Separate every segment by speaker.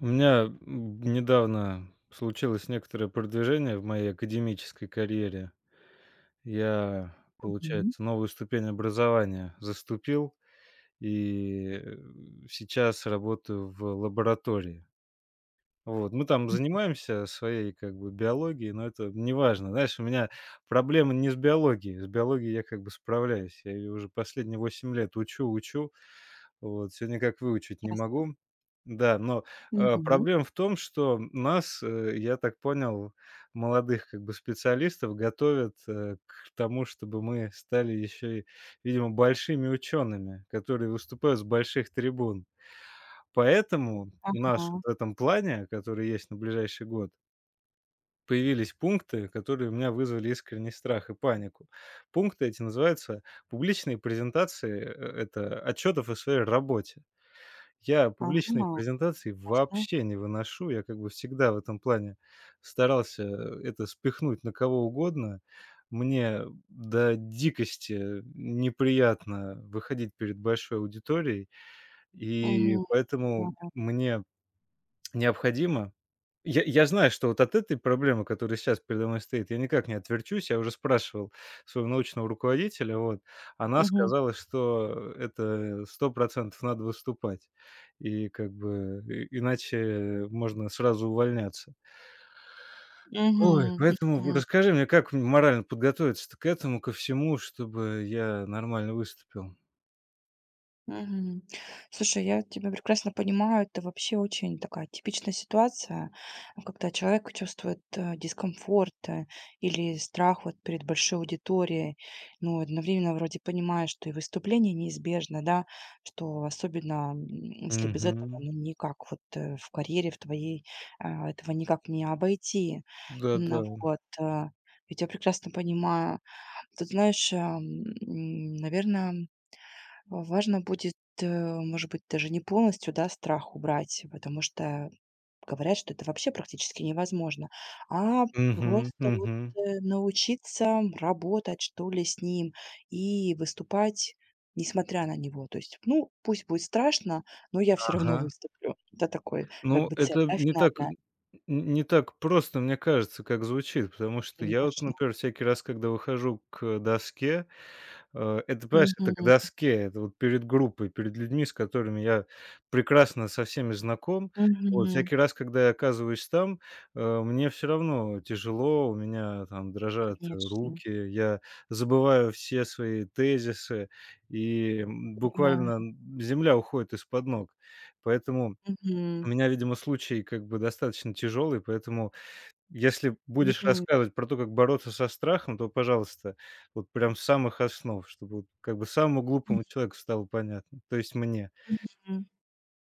Speaker 1: У меня недавно случилось некоторое продвижение в моей академической карьере. Я,
Speaker 2: Мгм.
Speaker 1: получается, новую ступень образования заступил и сейчас работаю в лаборатории. Вот. Мы там занимаемся своей как бы биологией, но это не важно. Знаешь, у меня проблема не с биологией. С биологией я как бы справляюсь. Я ее уже последние 8 лет учу, учу. Вот, всё никак выучить не
Speaker 2: Ясно.
Speaker 1: могу. Да, но,
Speaker 2: Мгм.
Speaker 1: проблема в том, что нас, я так понял, молодых как бы специалистов готовят, к тому, чтобы мы стали еще и, видимо, большими учеными, которые выступают с больших трибун. Поэтому у нас
Speaker 2: Ага.
Speaker 1: вот в этом плане, который есть на ближайший год, появились пункты, которые у меня вызвали искренний страх и панику. Пункты эти называются "Публичные презентации, это отчетов о своей работе". Я публичные
Speaker 2: Ага.
Speaker 1: презентации
Speaker 2: Ясно.
Speaker 1: вообще не выношу. Я как бы всегда в этом плане старался это спихнуть на кого угодно. Мне до дикости неприятно выходить перед большой аудиторией, и
Speaker 2: Мгм.
Speaker 1: поэтому
Speaker 2: Да.
Speaker 1: мне необходимо я знаю, что вот от этой проблемы, которая сейчас передо мной стоит, я никак не отверчусь. Я уже спрашивал своего научного руководителя, вот. Она
Speaker 2: Мгм.
Speaker 1: сказала, что это 100% надо выступать. И как бы и иначе можно сразу увольняться. Ой,
Speaker 2: Мгм.
Speaker 1: поэтому в
Speaker 2: Мгм.
Speaker 1: расскажи мне, как мне морально подготовиться к этому, ко всему, чтобы я нормально выступил?
Speaker 2: Мгм. Слушай, я тебя прекрасно понимаю. Это вообще очень такая типичная ситуация, когда человек чувствует дискомфорт или страх вот перед большой аудиторией, но одновременно вроде понимает, что и выступление неизбежно, да, что особенно, если без этого,
Speaker 1: Угу.
Speaker 2: ну, никак вот, в карьере в твоей, этого никак не обойти. Ну,
Speaker 1: Да-да.
Speaker 2: вот. Я тебя прекрасно понимаю. Ты знаешь, наверное, важно будет, э, может быть, даже не полностью, да, страх убрать, потому что говорят, что это вообще практически невозможно, а
Speaker 1: Угу,
Speaker 2: просто вот,
Speaker 1: угу.
Speaker 2: научиться работать, что ли, с ним и выступать, несмотря на него. То есть, ну, пусть будет страшно, но я все
Speaker 1: Ага.
Speaker 2: равно выступлю. Это такой, как
Speaker 1: Ну,
Speaker 2: бы, цель,
Speaker 1: это
Speaker 2: да,
Speaker 1: не так
Speaker 2: финальная.
Speaker 1: н не так просто, мне кажется, как звучит, потому что я вот,
Speaker 2: Конечно.
Speaker 1: например, всякий раз, когда выхожу к доске, это, понимаешь, это к
Speaker 2: Мгм.
Speaker 1: доске, это вот перед группой, перед людьми, с которыми я прекрасно со всеми знаком. Вот
Speaker 2: Мгм.
Speaker 1: всякий раз, когда я оказываюсь там, мне все равно тяжело, у меня там дрожат
Speaker 2: Конечно.
Speaker 1: руки, я забываю все свои тезисы, и,
Speaker 2: Понимаю.
Speaker 1: буквально, земля уходит из-под ног. Поэтому
Speaker 2: Мгм.
Speaker 1: у меня, видимо, случай как бы достаточно тяжелый, поэтому если будешь
Speaker 2: Мгм.
Speaker 1: рассказывать про то, как бороться со страхом, то, пожалуйста, вот прям с самых основ, чтобы вот как бы самому глупому человеку стало понятно, то есть мне.
Speaker 2: Мгм.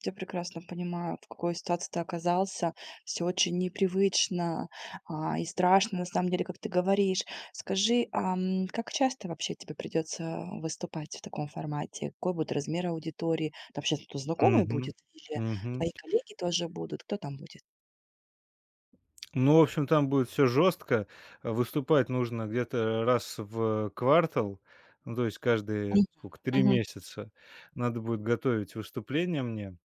Speaker 2: Я прекрасно понимаю, в какой ситуации ты оказался. Все очень непривычно, и страшно, на самом деле, как ты говоришь. Скажи, как часто вообще тебе придется выступать в таком формате? Какой будет размер аудитории? Там сейчас кто знакомый
Speaker 1: Мгм.
Speaker 2: будет или
Speaker 1: Мгм.
Speaker 2: твои коллеги тоже будут? Кто там будет?
Speaker 1: Ну, в общем, там будет все жестко. Выступать нужно где-то раз в квартал, ну, то есть каждые
Speaker 2: Мгм.
Speaker 1: сколько, три
Speaker 2: Мгм.
Speaker 1: месяца надо будет готовить выступление мне.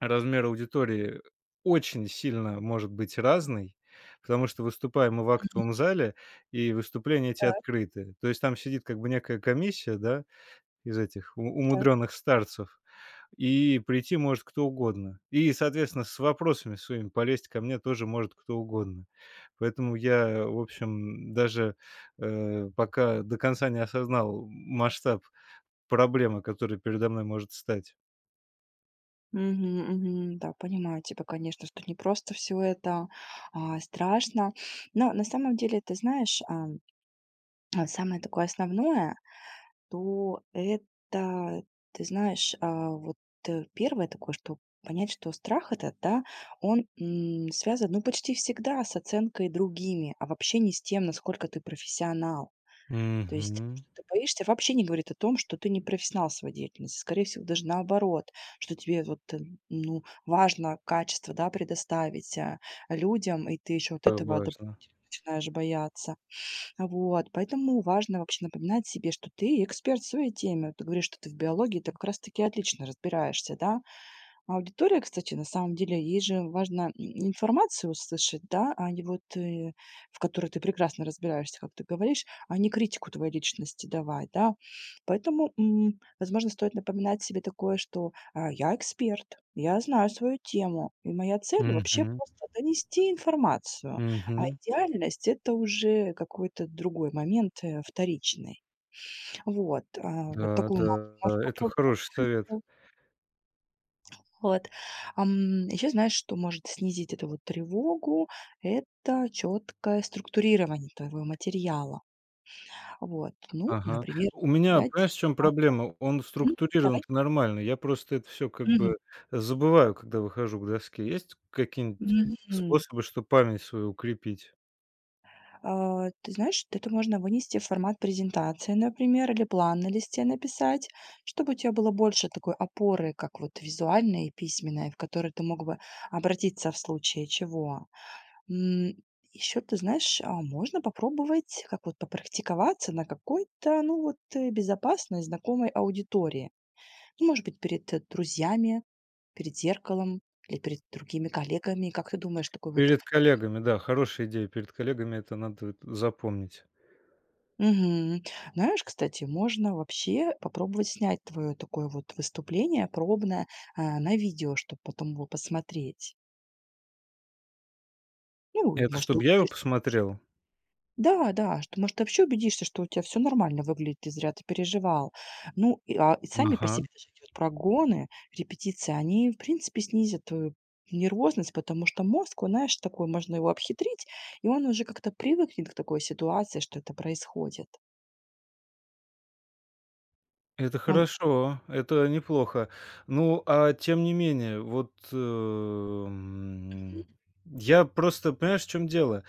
Speaker 1: Размер аудитории очень сильно может быть разный, потому что выступаем мы в актовом зале, и выступления эти
Speaker 2: Так,
Speaker 1: открыты. То есть там сидит как бы некая комиссия, да, из этих у
Speaker 2: так.
Speaker 1: умудренных старцев, и прийти может кто угодно. И, соответственно, с вопросами своими полезть ко мне тоже может кто угодно. Поэтому я, в общем, даже, пока до конца не осознал масштаб проблемы, которая передо мной может стать.
Speaker 2: Мгм, мгм. Да, понимаю тебя, конечно, что не просто всё это, страшно. Но на самом деле, ты знаешь, самое такое основное, то это, ты знаешь, первое такое, что понять, что страх этот, да, он, связан, ну, почти всегда с оценкой другими, а вообще не с тем, насколько ты профессионал. То есть,
Speaker 1: Мгм.
Speaker 2: что ты боишься, вообще не говорит о том, что ты не профессионал в своей деятельности. Скорее всего, даже наоборот, что тебе вот, ну, важно качество, да, предоставить, людям, и ты еще от
Speaker 1: Это
Speaker 2: этого дополнительно
Speaker 1: важно.
Speaker 2: начинаешь бояться. Вот, поэтому важно вообще напоминать себе, что ты эксперт в своей теме. Вот, ты говоришь, что ты в биологии, ты как раз-таки отлично разбираешься, да? Аудитория, кстати, на самом деле, ей же важно и информацию услышать, да, а не вот, в которой ты прекрасно разбираешься, как ты говоришь, а не критику твоей личности давать, да. Поэтому, возможно, стоит напоминать себе такое, что, я эксперт, я знаю свою тему, и моя цель вообще
Speaker 1: Мгм,
Speaker 2: просто донести информацию, а
Speaker 1: мгм.
Speaker 2: идеальность — это уже какой-то другой момент, вторичный. Вот, вот
Speaker 1: Да,
Speaker 2: такую мантру
Speaker 1: да,
Speaker 2: можешь
Speaker 1: да, это
Speaker 2: попробовать.
Speaker 1: хороший совет.
Speaker 2: Вот. Еще знаешь, что может снизить эту вот тревогу? Это четкое структурирование твоего материала. Вот. Ну,
Speaker 1: Ага.
Speaker 2: например,
Speaker 1: У меня,
Speaker 2: кидать.
Speaker 1: понимаешь, в чем
Speaker 2: а,
Speaker 1: проблема? Он
Speaker 2: мгм, Давай.
Speaker 1: структурирован нормально. Я просто это все как
Speaker 2: Мгм.
Speaker 1: бы забываю, когда выхожу к доске. Есть какие-нибудь
Speaker 2: Мгм.
Speaker 1: способы, чтобы память свою укрепить?
Speaker 2: Ты знаешь, это можно вынести в формат презентации, например, или план на листе написать, чтобы у тебя было больше такой опоры, как вот визуальная и письменная, в которой ты мог бы обратиться в случае чего. М, еще ты знаешь, а можно попробовать, как вот попрактиковаться на какой-то, ну вот, безопасной, знакомой аудитории. Ну, может быть, перед, друзьями, перед зеркалом или перед другими коллегами. Как ты думаешь, такой вот.
Speaker 1: Перед коллегами, да, хорошая идея. Перед коллегами это надо вот запомнить.
Speaker 2: Мгм. Знаешь, кстати, можно вообще попробовать снять твое такое вот выступление пробное, на видео, чтобы потом его посмотреть. Ну, и,
Speaker 1: Это
Speaker 2: может, ты
Speaker 1: чтобы я его
Speaker 2: убедишься, что
Speaker 1: посмотрел?
Speaker 2: да, да, что, может, ты вообще убедишься, что у тебя все нормально выглядит, и зря ты переживал. Ну, и, и сами по
Speaker 1: Ага.
Speaker 2: себе даже эти вот прогоны, репетиции, они, в принципе, снизят твою нервозность, потому что мозг, он, знаешь, такой, можно его обхитрить, и он уже как-то привыкнет к такой ситуации, что это происходит.
Speaker 1: Это
Speaker 2: Вот.
Speaker 1: хорошо, это неплохо. Ну, а тем не менее, вот, я просто, понимаешь, в чем дело?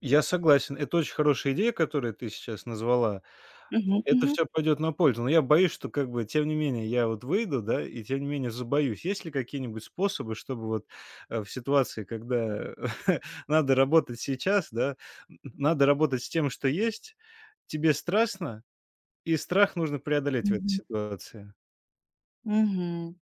Speaker 1: Я согласен, это очень хорошая идея, которую ты сейчас назвала.
Speaker 2: Мгм,
Speaker 1: Это
Speaker 2: мгм.
Speaker 1: все пойдет на пользу, но я боюсь, что как бы, тем не менее, я вот выйду, да, и тем не менее забоюсь. Есть ли какие-нибудь способы, чтобы вот, в ситуации, когда надо работать сейчас, да, н надо работать с тем, что есть, тебе страстно, и страх нужно преодолеть в этой
Speaker 2: Мгм.
Speaker 1: ситуации?
Speaker 2: Мгм.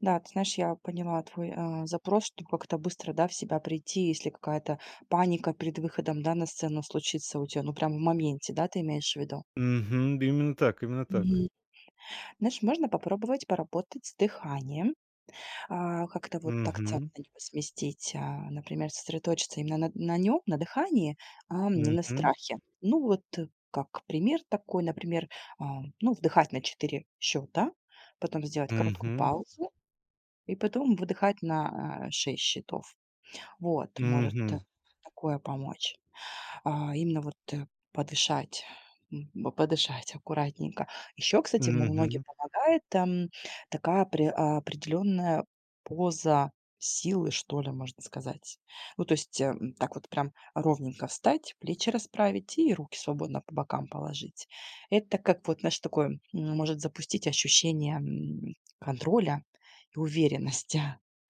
Speaker 2: Да, ты знаешь, я поняла твой, запрос, чтобы как-то быстро, да, в себя прийти, если какая-то паника перед выходом, да, на сцену случится у тебя, ну, прям в моменте, да, ты имеешь в виду?
Speaker 1: Мгм. Да именно так, именно так.
Speaker 2: Мгм. Знаешь, можно попробовать поработать с дыханием, как-то вот акцент
Speaker 1: Мгм.
Speaker 2: на него сместить, например, сосредоточиться именно на нем, на дыхании, а не на
Speaker 1: Мгм.
Speaker 2: страхе. Ну вот, как пример такой, например, ну вдыхать на 4 счета, потом сделать короткую
Speaker 1: Мгм.
Speaker 2: паузу и потом выдыхать на 6 счетов. Вот, может,
Speaker 1: Мгм.
Speaker 2: такое помочь. Именно вот, подышать, подышать аккуратненько. Еще, кстати, мо многим
Speaker 1: Мгм.
Speaker 2: помогает, такая определенная поза силы, что ли, можно сказать. Ну, то есть, так вот прям ровненько встать, плечи расправить и руки свободно по бокам положить. Это как вот, знаешь, такое, может запустить ощущение, контроля и уверенности.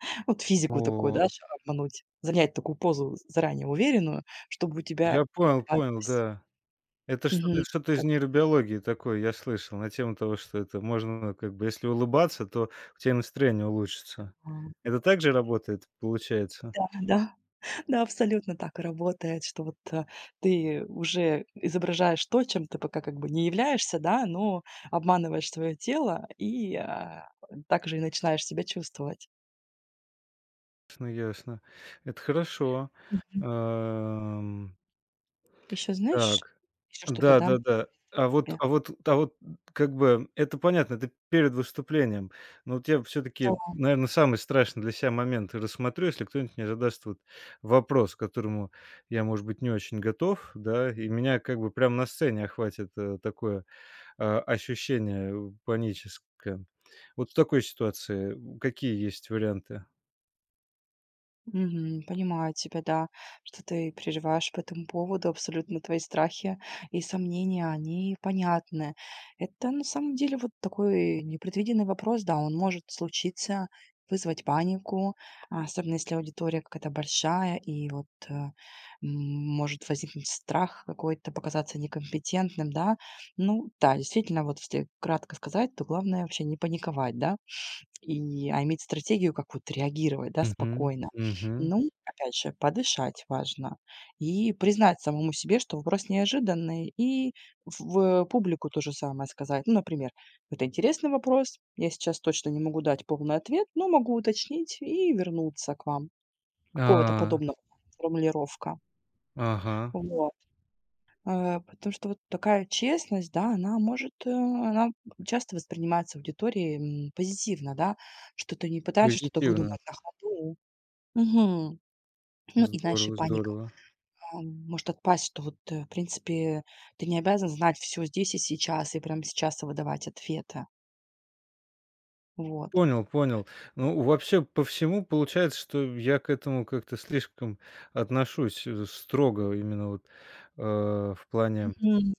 Speaker 2: Вот, физику такую,
Speaker 1: О,
Speaker 2: да, ща обмануть, занять такую позу заранее уверенную, чтобы у тебя
Speaker 1: я
Speaker 2: и
Speaker 1: понял, понял,
Speaker 2: добавилось.
Speaker 1: да. Это
Speaker 2: Мгм.
Speaker 1: что-то из
Speaker 2: Как бы,
Speaker 1: нейробиологии такое я слышал на тему того, что это можно как бы если улыбаться, то у тебя настроение улучшится.
Speaker 2: а,
Speaker 1: Это так же работает, получается?
Speaker 2: да, да, да, абсолютно так и работает, что вот, ты уже изображаешь то, чем ты пока как бы не являешься, да, но обманываешь свое тело и, так же и начинаешь себя чувствовать.
Speaker 1: Ясно, ясно. Это хорошо.
Speaker 2: Мгм.
Speaker 1: Ам,
Speaker 2: Еще знаешь,
Speaker 1: так.
Speaker 2: еще что-то, да,
Speaker 1: Да-да-да. А вот
Speaker 2: тебе?
Speaker 1: а вот а вот м, как бы это понятно, это перед выступлением. Но вот я все таки
Speaker 2: Да.
Speaker 1: наверное, самый страшный для себя момент рассмотрю, если кто-нибудь мне задаст вот вопрос, к которому я, может быть, не очень готов, да, и меня как бы прям на сцене охватит, такое, ощущение, паническое. Вот в такой ситуации, какие есть варианты?
Speaker 2: Мгм. Понимаю тебя, да, что ты переживаешь по этому поводу. Абсолютно твои страхи и сомнения, они понятны. Это на самом деле вот такой непредвиденный вопрос, да, он может случиться, вызвать панику, особенно если аудитория какая-то большая, и вот, может возникнуть страх какой-то, показаться некомпетентным, да. Ну да, действительно, вот если кратко сказать, то главное вообще не паниковать, да, и иметь стратегию, как вот реагировать, да,
Speaker 1: Угу,
Speaker 2: спокойно.
Speaker 1: угу.
Speaker 2: Ну, опять же, подышать важно и признать самому себе, что вопрос неожиданный, и в публику то же самое сказать. Ну, например, это интересный вопрос, я сейчас точно не могу дать полный ответ, но могу уточнить и вернуться к вам. Какого-то
Speaker 1: А,
Speaker 2: подобного формулировка.
Speaker 1: ага.
Speaker 2: Вот. Потому что вот такая честность, да, она часто воспринимается аудиторией, позитивно, да, что ты не пытаешься что-то
Speaker 1: Позитивно.
Speaker 2: выдумать на ходу. Мгм. Ну и, знаешь, и
Speaker 1: Здорово
Speaker 2: паника,
Speaker 1: здорово.
Speaker 2: может отпасть, что вот, в принципе, ты не обязан знать все здесь и сейчас, и прямо сейчас выдавать ответы. Вот.
Speaker 1: Понял, понял. Ну, вообще, по всему получается, что я к этому как-то слишком отношусь, строго именно вот, э, в плане,
Speaker 2: Мгм.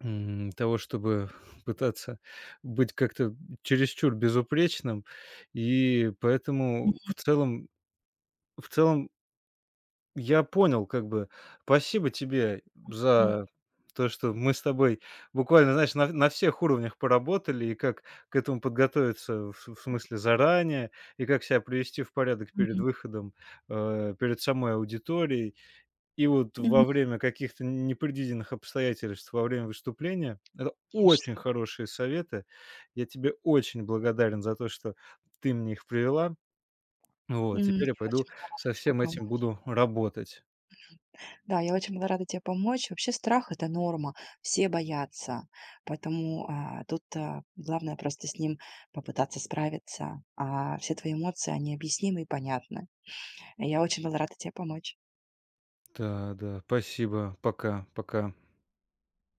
Speaker 1: того, чтобы пытаться быть как-то чересчур безупречным. И поэтому в целом я понял, как бы. Спасибо тебе
Speaker 2: Мгм.
Speaker 1: за то, что мы с тобой буквально, знаешь, на всех уровнях поработали, и как к этому подготовиться, в смысле, заранее, и как себя привести в порядок перед
Speaker 2: Мгм.
Speaker 1: выходом, перед самой аудиторией. И вот во
Speaker 2: М,
Speaker 1: время каких-то непредвиденных обстоятельств, во время выступления, это очень
Speaker 2: конечно.
Speaker 1: хорошие советы. Я тебе очень благодарен за то, что ты мне их привела. Вот,
Speaker 2: М,
Speaker 1: теперь я
Speaker 2: я
Speaker 1: пойду
Speaker 2: очень была рада
Speaker 1: со
Speaker 2: тебе
Speaker 1: всем
Speaker 2: пом
Speaker 1: этим буду работать.
Speaker 2: Да, я очень была рада тебе помочь. Вообще страх — это норма, все боятся, поэтому, тут, главное просто с ним попытаться справиться, а все твои эмоции, они объяснимы и понятны. Я очень была рада тебе помочь.
Speaker 1: Да, да. Спасибо. Пока, пока.